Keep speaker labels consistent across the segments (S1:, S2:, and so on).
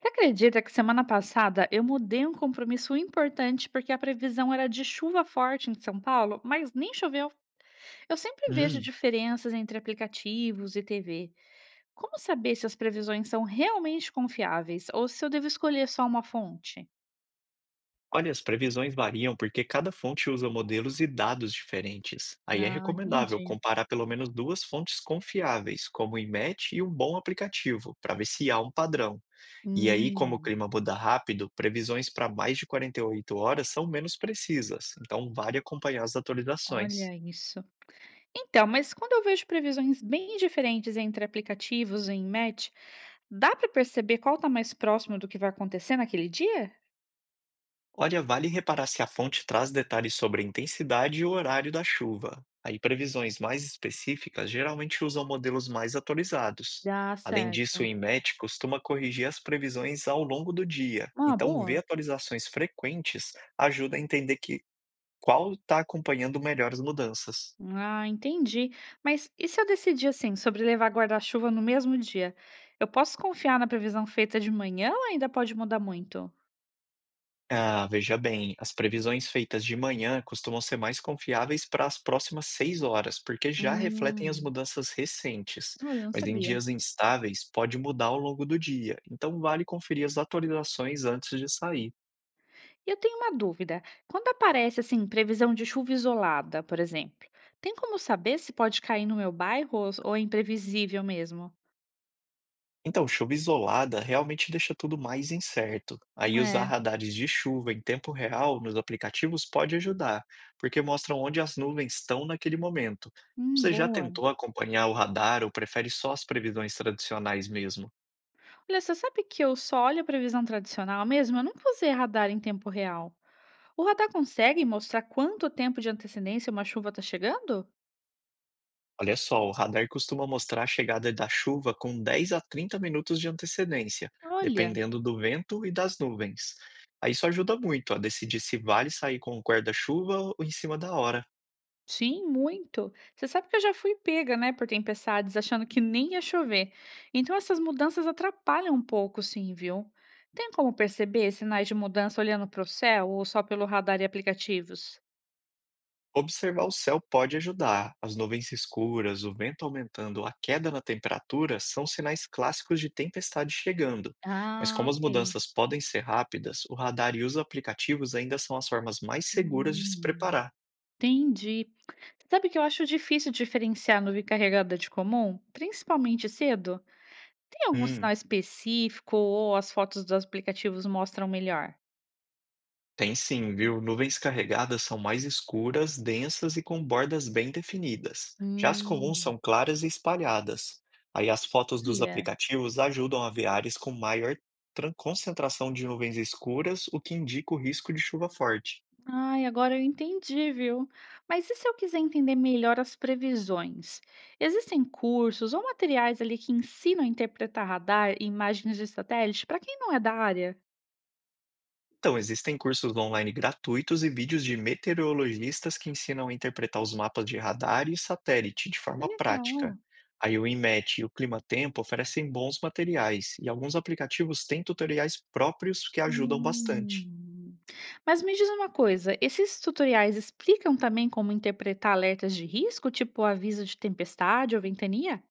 S1: Você acredita que semana passada eu mudei um compromisso importante porque a previsão era de chuva forte em São Paulo, mas nem choveu? Eu sempre vejo
S2: Hum,
S1: diferenças entre aplicativos e TV. Como saber se as previsões são realmente confiáveis ou se eu devo escolher só uma fonte?
S2: olha, as previsões variam porque cada fonte usa modelos e dados diferentes. Aí é
S1: Ah,
S2: recomendável
S1: entendi.
S2: comparar pelo menos duas fontes confiáveis, como o IMET e um bom aplicativo, para ver se há um padrão. E aí, como o
S1: Hum,
S2: clima muda rápido, previsões para mais de 48 horas são menos precisas, então vale acompanhar as atualizações.
S1: olha isso. Então, mas quando eu vejo previsões bem diferentes entre aplicativos e em match, dá para perceber qual está mais próximo do que vai acontecer naquele dia?
S2: Olha, vale reparar se a fonte traz detalhes sobre a intensidade e o horário da chuva. Aí previsões mais específicas geralmente usam modelos mais atualizados.
S1: Dá
S2: Além disso, o
S1: certo.
S2: IMET costuma corrigir as previsões ao longo do dia,
S1: Ah,
S2: então ver
S1: boa.
S2: atualizações frequentes ajuda a entender que qual está acompanhando melhor as mudanças.
S1: Ah, entendi. Mas e se eu decidir assim sobre levar guarda-chuva no mesmo dia? Eu posso confiar na previsão feita de manhã ou ainda pode mudar muito?
S2: Ah, veja bem, as previsões feitas de manhã costumam ser mais confiáveis para as próximas seis horas, porque já refletem as
S1: Hum,
S2: mudanças recentes.
S1: olha, eu não
S2: Mas em
S1: sabia.
S2: dias instáveis, pode mudar ao longo do dia, então vale conferir as atualizações antes de sair.
S1: E eu tenho uma dúvida. Quando aparece assim previsão de chuva isolada, por exemplo, tem como saber se pode cair no meu bairro ou é imprevisível mesmo?
S2: Então, chuva isolada realmente deixa tudo mais incerto. Aí, usar
S1: É,
S2: radares de chuva em tempo real nos aplicativos pode ajudar, porque mostram onde as nuvens estão naquele momento. Você já
S1: boa.
S2: tentou acompanhar o radar ou prefere só as previsões tradicionais mesmo?
S1: Olha, você sabe que eu só olho a previsão tradicional mesmo? Eu nunca usei radar em tempo real. O radar consegue mostrar quanto tempo de antecedência uma chuva está chegando?
S2: Olha só, o radar costuma mostrar a chegada da chuva com 10 a 30 minutos de antecedência,
S1: Olha,
S2: dependendo do vento e das nuvens. Aí isso ajuda muito a decidir se vale sair com o guarda-chuva ou em cima da hora.
S1: sim, muito. Você sabe que eu já fui pega, né, por tempestades, achando que nem ia chover. Então essas mudanças atrapalham um pouco, sim, viu? Tem como perceber sinais de mudança olhando para o céu ou só pelo radar e aplicativos?
S2: Observar o céu pode ajudar. As nuvens escuras, o vento aumentando, a queda na temperatura são sinais clássicos de tempestade chegando. Mas
S1: Ah,
S2: como as
S1: ok.
S2: mudanças podem ser rápidas, o radar e os aplicativos ainda são as formas mais seguras de se
S1: Hum.
S2: preparar.
S1: Entendi. Sabe que eu acho difícil diferenciar nuvem carregada de comum, principalmente cedo? Tem algum
S2: Hum.
S1: sinal específico ou as fotos dos aplicativos mostram melhor?
S2: Tem sim, viu? Nuvens carregadas são mais escuras, densas e com bordas bem definidas. Já as comuns
S1: Hum.
S2: são claras e espalhadas. Aí as fotos dos
S1: Olha,
S2: aplicativos ajudam a ver áreas com maior concentração de nuvens escuras, o que indica o risco de chuva forte.
S1: ai, agora eu entendi, viu? Mas e se eu quiser entender melhor as previsões? Existem cursos ou materiais ali que ensinam a interpretar radar e imagens de satélite para quem não é da área?
S2: Então, existem cursos online gratuitos e vídeos de meteorologistas que ensinam a interpretar os mapas de radar e satélite de
S1: Que
S2: forma
S1: legal.
S2: prática. Aí o INMET e o Climatempo oferecem bons materiais e alguns aplicativos têm tutoriais próprios que ajudam bastante.
S1: Hum. Mas me diz uma coisa, esses tutoriais explicam também como interpretar alertas de risco, tipo aviso de tempestade ou ventania?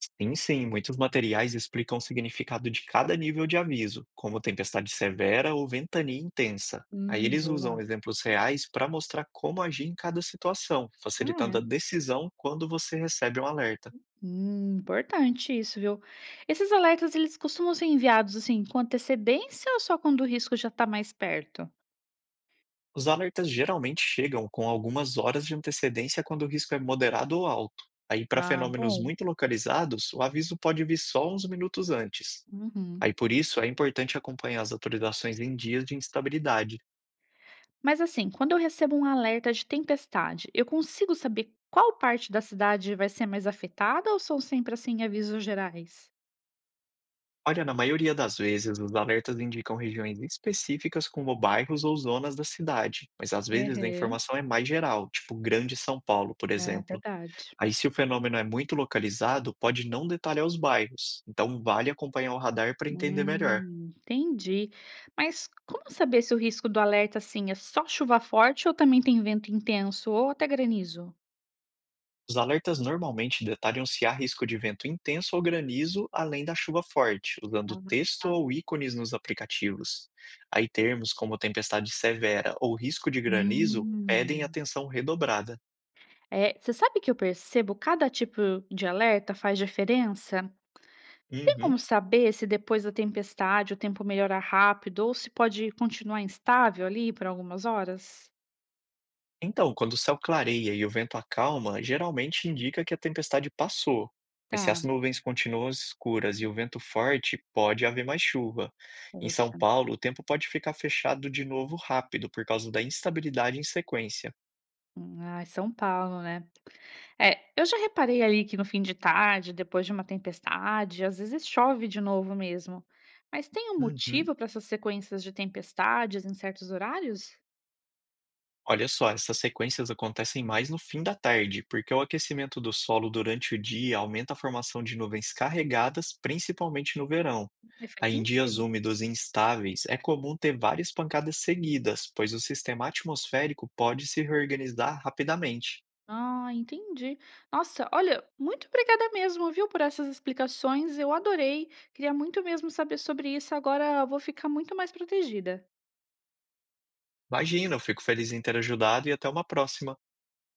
S2: Sim, sim, muitos materiais explicam o significado de cada nível de aviso, como tempestade severa ou ventania intensa. Aí eles usam
S1: Boa.
S2: exemplos reais para mostrar como agir em cada situação,
S1: Ah,
S2: facilitando a
S1: é.
S2: decisão quando você recebe um alerta.
S1: Importante isso, viu? Esses alertas, eles costumam ser enviados assim com antecedência ou só quando o risco já está mais perto?
S2: Os alertas geralmente chegam com algumas horas de antecedência quando o risco é moderado ou alto. Aí, para
S1: Ah,
S2: fenômenos
S1: bom.
S2: muito localizados, o aviso pode vir só uns minutos antes.
S1: Uhum.
S2: Aí, por isso, é importante acompanhar as atualizações em dias de instabilidade.
S1: Mas assim, quando eu recebo um alerta de tempestade, eu consigo saber qual parte da cidade vai ser mais afetada ou são sempre assim avisos gerais?
S2: Olha, na maioria das vezes, os alertas indicam regiões específicas como bairros ou zonas da cidade, mas às vezes a
S1: Aham.
S2: informação é mais geral, tipo Grande São Paulo, por
S1: É
S2: exemplo.
S1: verdade.
S2: Aí, se o fenômeno é muito localizado, pode não detalhar os bairros, então vale acompanhar o radar para entender melhor.
S1: Entendi. Mas como saber se o risco do alerta, assim, é só chuva forte ou também tem vento intenso ou até granizo?
S2: Os alertas normalmente detalham se há risco de vento intenso ou granizo, além da chuva forte, usando
S1: Ah,
S2: texto
S1: tá.
S2: ou ícones nos aplicativos. Aí termos como tempestade severa ou risco de granizo pedem
S1: Hum.
S2: atenção redobrada.
S1: É, você sabe que eu percebo cada tipo de alerta faz diferença? Tem
S2: Uhum.
S1: como saber se depois da tempestade o tempo melhora rápido ou se pode continuar instável ali por algumas horas?
S2: Então, quando o céu clareia e o vento acalma, geralmente indica que a tempestade passou. Mas se as
S1: Tá,
S2: nuvens continuam escuras e o vento forte, pode haver mais chuva. Em São
S1: poxa.
S2: Paulo, o tempo pode ficar fechado de novo rápido por causa da instabilidade em sequência.
S1: Ai, São Paulo, né? É, eu já reparei ali que no fim de tarde, depois de uma tempestade, às vezes chove de novo mesmo. Mas tem um
S2: Uhum.
S1: motivo para essas sequências de tempestades em certos horários?
S2: Olha só, essas sequências acontecem mais no fim da tarde, porque o aquecimento do solo durante o dia aumenta a formação de nuvens carregadas, principalmente no verão.
S1: E faz
S2: Aí, em dias
S1: sentido.
S2: úmidos e instáveis, é comum ter várias pancadas seguidas, pois o sistema atmosférico pode se reorganizar rapidamente.
S1: Ah, entendi. Nossa, olha, muito obrigada mesmo, viu, por essas explicações. Eu adorei. Queria muito mesmo saber sobre isso. Agora eu vou ficar muito mais protegida.
S2: Imagina, eu fico feliz em ter ajudado e até uma próxima.